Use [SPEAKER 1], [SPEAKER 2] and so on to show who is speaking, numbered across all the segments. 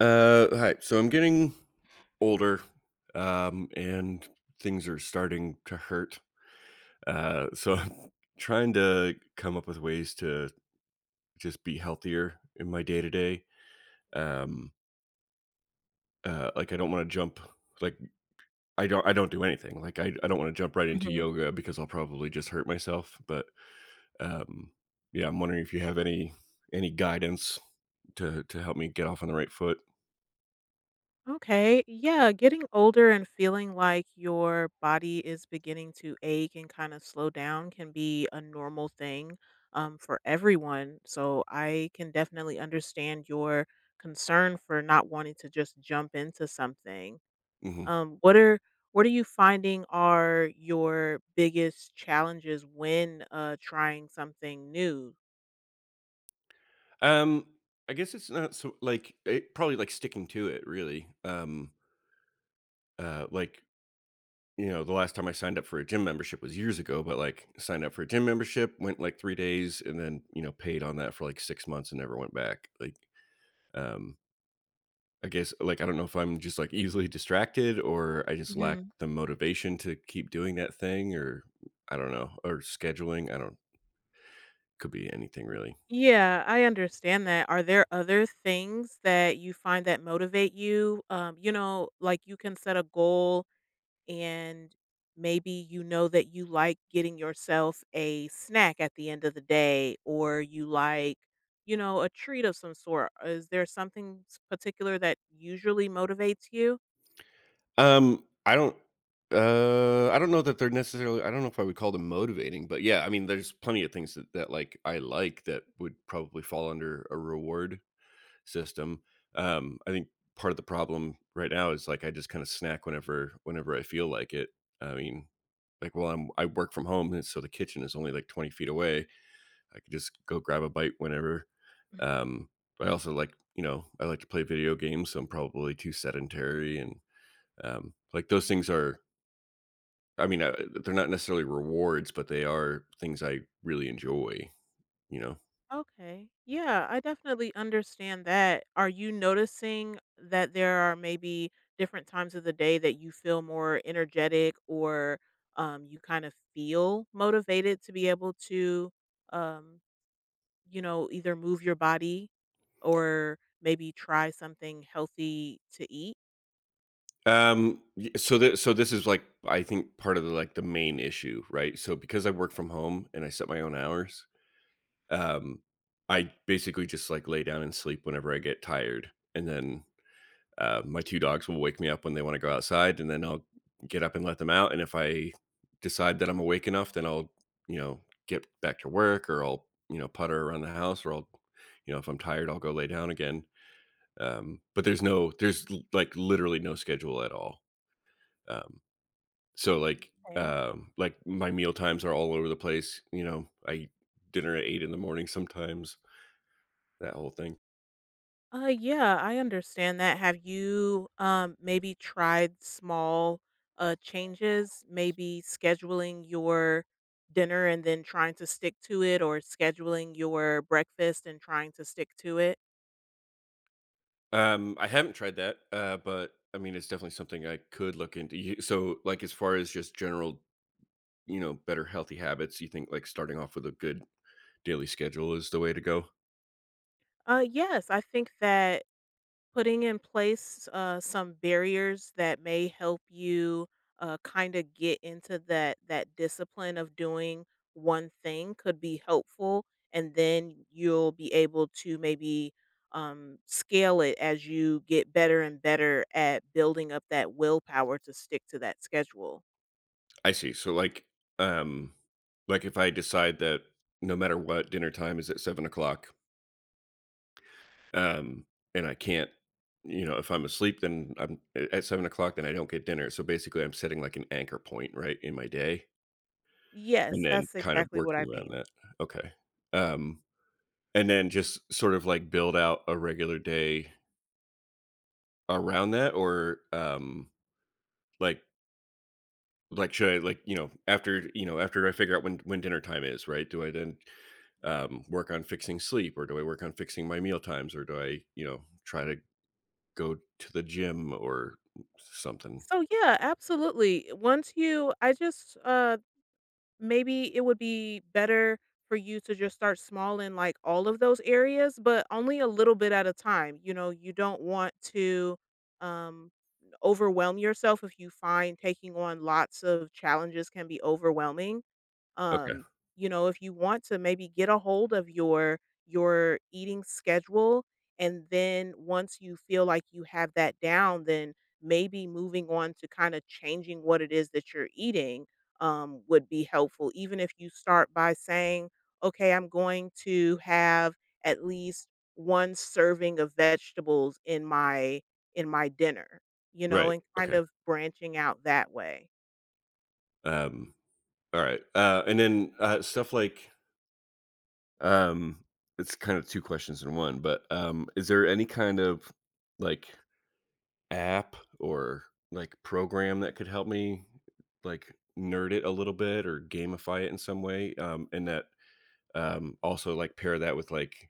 [SPEAKER 1] Hi. So I'm getting older, and things are starting to hurt. So I'm trying to come up with ways to just be healthier in my day to day. Um, like I don't want to jump. Like I don't do anything. Like I don't want to jump right into
[SPEAKER 2] Mhm.
[SPEAKER 1] yoga because I'll probably just hurt myself. But um, yeah, I'm wondering if you have any guidance to help me get off on the right foot.
[SPEAKER 2] Okay. Yeah. Getting older and feeling like your body is beginning to ache and kind of slow down can be a normal thing for everyone. So I can definitely understand your concern for not wanting to just jump into something.
[SPEAKER 1] Mm-hmm.
[SPEAKER 2] What are what are you finding are your biggest challenges when trying something new?
[SPEAKER 1] Um, I guess it's not so like it probably like sticking to it really. Like you know, the last time I signed up for a gym membership was years ago, but like signed up for a gym membership, went like 3 days, and then you know paid on that for like 6 months and never went back. Um, I guess like I don't know if I'm just like easily distracted or I just lack the motivation to keep doing that thing, or I don't know, or scheduling. I don't could be anything really.
[SPEAKER 2] Yeah, I understand that. Are there other things that you find that motivate you? You know, like you can set a goal and maybe you know that you like getting yourself a snack at the end of the day or you like, you know, a treat of some sort. Is there something particular that usually motivates you?
[SPEAKER 1] Um, I don't I don't know that they're necessarily I don't know if I would call them motivating, but yeah, I mean, there's plenty of things that like I like that would probably fall under a reward system. I think part of the problem right now is like I just kind of snack whenever I feel like it. I mean, like well, I work from home, and so the kitchen is only like 20 feet away. I could just go grab a bite whenever. Um, I also like you know I like to play video games, so I'm probably too sedentary and like those things are, I mean, they're not necessarily rewards, but they are things I really enjoy, you know?
[SPEAKER 2] Okay. Yeah, I definitely understand that. Are you noticing that there are maybe different times of the day that you feel more energetic or you kind of feel motivated to be able to, um, you know, either move your body or maybe try something healthy to eat?
[SPEAKER 1] So that, so this is like, I think part of the, like the main issue, right? So because I work from home and I set my own hours, um, I basically just like lay down and sleep whenever I get tired. And then my two dogs will wake me up when they want to go outside, and then I'll get up and let them out. And if I decide that I'm awake enough, then I'll, you know, get back to work or I'll, you know, putter around the house or I'll, you know, if I'm tired, I'll go lay down again. But there's like literally no schedule at all. Um,
[SPEAKER 2] Okay.
[SPEAKER 1] like my meal times are all over the place. You know, I eat dinner at eight in the morning sometimes, that whole thing.
[SPEAKER 2] Yeah, I understand that. Have you maybe tried small changes, maybe scheduling your dinner and then trying to stick to it or scheduling your breakfast and trying to stick to it?
[SPEAKER 1] I haven't tried that, but I mean, it's definitely something I could look into. So, like, as far as just general, you know, better healthy habits, you think like starting off with a good daily schedule is the way to go?
[SPEAKER 2] Yes, I think that putting in place some barriers that may help you kind of get into that discipline of doing one thing could be helpful, and then you'll be able to maybe scale it as you get better and better at building up that willpower to stick to that schedule.
[SPEAKER 1] I see. Um, like if I decide that no matter what, dinner time is at 7 o'clock, um, and I can't, you know, if I'm asleep, then I'm at 7 o'clock, then I don't get dinner. So basically, I'm setting like an anchor point, right, in my day. And
[SPEAKER 2] Yes,
[SPEAKER 1] then
[SPEAKER 2] that's
[SPEAKER 1] kind of
[SPEAKER 2] exactly what
[SPEAKER 1] working
[SPEAKER 2] I
[SPEAKER 1] around
[SPEAKER 2] mean.
[SPEAKER 1] that. Okay. Um, and then just sort of like build out a regular day around that or, like like, should I like, you know, after I figure out when dinner time is, right? Do I then, work on fixing sleep or do I work on fixing my meal times or do I, you know, try to go to the gym or something?
[SPEAKER 2] So yeah absolutely once you I just Maybe it would be better for you to just start small in, like, all of those areas, but only a little bit at a time. You know, you don't want to, um, overwhelm yourself if you find taking on lots of challenges can be overwhelming.
[SPEAKER 1] Okay.
[SPEAKER 2] Um, you know, if you want to maybe get a hold of your eating schedule, and then once you feel like you have that down, then maybe moving on to kind of changing what it is that you're eating would be helpful. Even if you start by saying, okay, I'm going to have at least one serving of vegetables in my dinner, you know,
[SPEAKER 1] Right.
[SPEAKER 2] and kind
[SPEAKER 1] Okay.
[SPEAKER 2] of branching out that way.
[SPEAKER 1] Um, all right. And then, stuff like Um, it's kind of 2 questions in 1, but, is there any kind of, like, app or, like, program that could help me, like, nerd it a little bit or gamify it in some way? And that, also, like, pair that with,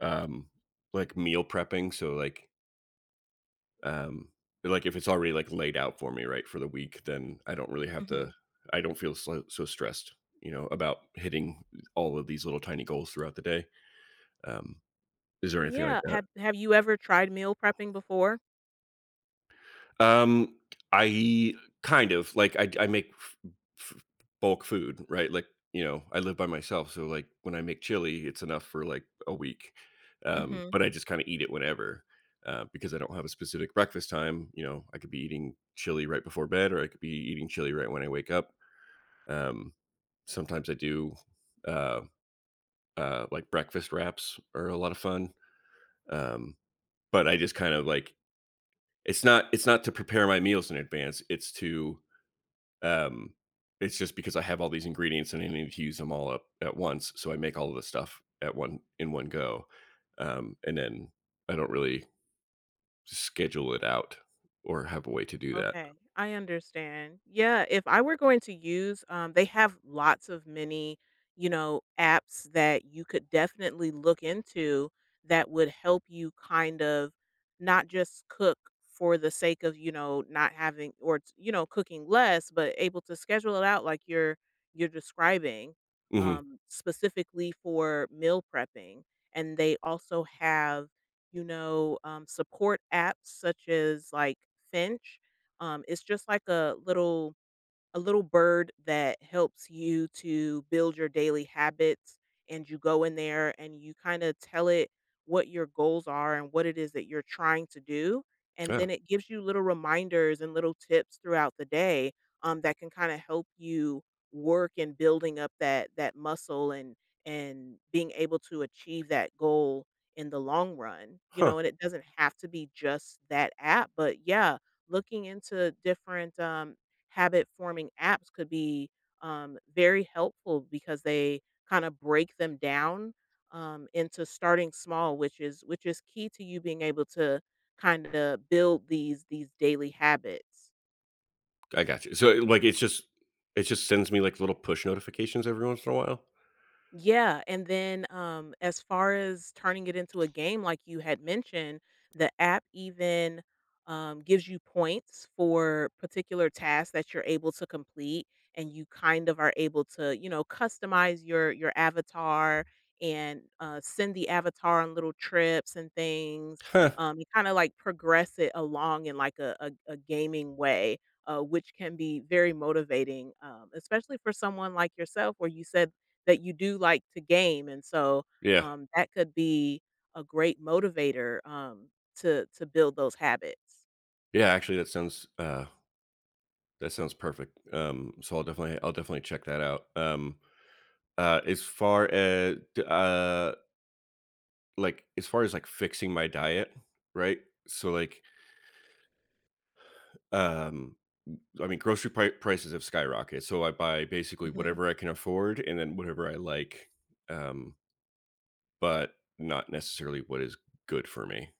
[SPEAKER 1] um, like, meal prepping, so, um, like, if it's already, like, laid out for me, right, for the week, then I don't really have to
[SPEAKER 2] Mhm.
[SPEAKER 1] I don't feel so stressed, you know, about hitting all of these little tiny goals throughout the day. Um, is there anything like
[SPEAKER 2] Yeah,
[SPEAKER 1] that?
[SPEAKER 2] have you ever tried meal prepping before?
[SPEAKER 1] Um, I kind of like I make f f bulk food, right? Like, you know, I live by myself, so, like, when I make chili, it's enough for, like, a week,
[SPEAKER 2] Mhm.
[SPEAKER 1] but I just kinda eat it whenever, because I don't have a specific breakfast time, you know, I could be eating chili right before bed, or I could be eating chili right when I wake up, um, sometimes I do, uh like, breakfast wraps are a lot of fun, um, but I just kind of, like it's not to prepare my meals in advance, it's to Um, it's just because I have all these ingredients and I need to use them all up at once, so I make all of the stuff at one in one go, and then I don't really schedule it out or have a way to do that.
[SPEAKER 2] Okay, I understand. Yeah, if I were going to use, they have lots of many, you know, apps that you could definitely look into that would help you kind of not just cook for the sake of, you know, not having or, you know, cooking less, but able to schedule it out like you're describing,
[SPEAKER 1] hmm
[SPEAKER 2] specifically for meal prepping. And they also have, you know, support apps such as like Finch. It's just like a little bird that helps you to build your daily habits, and you go in there and you kind of tell it what your goals are and what it is that you're trying to do, and
[SPEAKER 1] Yeah.
[SPEAKER 2] then it gives you little reminders and little tips throughout the day that can kind of help you work in building up that muscle and being able to achieve that goal in the long run. You
[SPEAKER 1] Huh.
[SPEAKER 2] know, and it doesn't have to be just that app, but yeah, looking into different habit forming apps could be very helpful, because they kind of break them down into starting small, which is key to you being able to kind of build these daily habits.
[SPEAKER 1] I got you. So like, it just sends me like little push notifications every once in a while.
[SPEAKER 2] Yeah, and then, as far as turning it into a game like you had mentioned, the app even, gives you points for particular tasks that you're able to complete, and you kind of are able to, you know, customize your avatar and, send the avatar on little trips and things.
[SPEAKER 1] Huh.
[SPEAKER 2] You kinda, like, progress it along in, like, a gaming way, which can be very motivating, especially for someone like yourself where you said that you do like to game, and so,
[SPEAKER 1] Yeah.
[SPEAKER 2] that could be a great motivator, to build those habits.
[SPEAKER 1] Yeah. Actually, that sounds perfect. So I'll definitely check that out. As far as uh like, as far as, like, fixing my diet, right? So, like, um, w I mean, grocery prices have skyrocketed, so I buy basically
[SPEAKER 2] Mhm.
[SPEAKER 1] whatever I can afford and then whatever I like, um, but not necessarily what is good for me.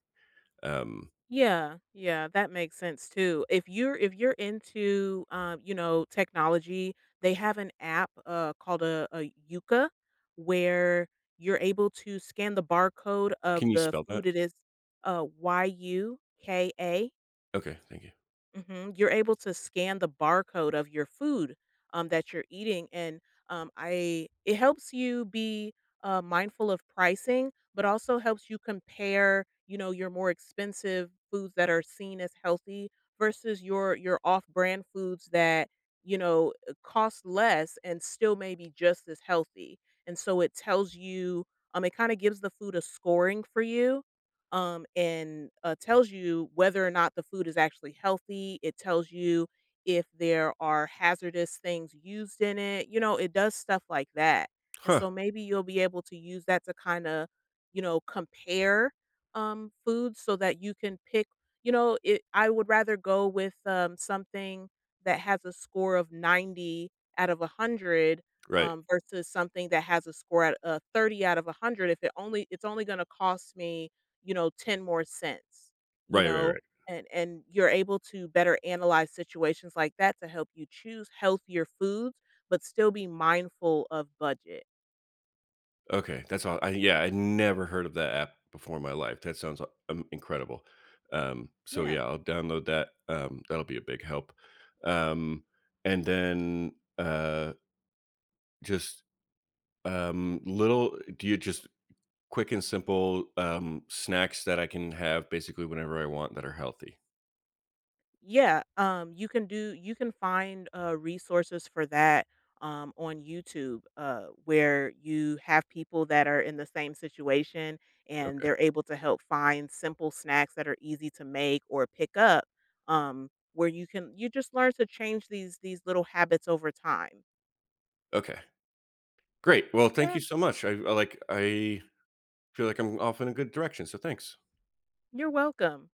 [SPEAKER 1] Um,
[SPEAKER 2] Yeah, yeah, that makes sense too. If you're into, you know, technology, they have an app, called a Yuka, where you're able to scan the barcode
[SPEAKER 1] can
[SPEAKER 2] of
[SPEAKER 1] you
[SPEAKER 2] the
[SPEAKER 1] spell that?
[SPEAKER 2] food it is. Yuka.
[SPEAKER 1] Okay, thank you.
[SPEAKER 2] Mhm, you're able to scan the barcode of your food, that you're eating, and, I it helps you be, mindful of pricing, but also helps you compare, you know, your more expensive foods that are seen as healthy versus your off-brand foods that, you know, cost less and still may be just as healthy, and so it tells you it kinda gives the food a scoring for you, and tells you whether or not the food is actually healthy. It tells you if there are hazardous things used in it. You know, it does stuff like that. And
[SPEAKER 1] Huh,
[SPEAKER 2] so maybe you'll be able to use that to kind of, you know, compare foods so that you can pick. You know, it, I would rather go with something that has a score of 90 out of 100
[SPEAKER 1] right.
[SPEAKER 2] versus something that has a score at 30 out of 100 if it only it's only going to cost me, you know, 10 more cents, you
[SPEAKER 1] Right, right,
[SPEAKER 2] know,
[SPEAKER 1] right.
[SPEAKER 2] and you're able to better analyze situations like that to help you choose healthier foods, but still be mindful of budget.
[SPEAKER 1] Okay, that's all. Yeah, I never heard of that app before in my life. That sounds incredible. So
[SPEAKER 2] Yeah.
[SPEAKER 1] yeah, I'll download that. That'll be a big help. Um, and then uh, just little. Do you just quick and simple snacks that I can have basically whenever I want that are healthy?
[SPEAKER 2] Yeah, you can do you can find, resources for that, on YouTube, where you have people that are in the same situation, and
[SPEAKER 1] Okay.
[SPEAKER 2] they're able to help find simple snacks that are easy to make or pick up, where you can you just learn to change these little habits over time.
[SPEAKER 1] Okay. Great. Well, thank
[SPEAKER 2] Yeah,
[SPEAKER 1] you so much. I I feel like I'm off in a good direction. So thanks.
[SPEAKER 2] you're welcome.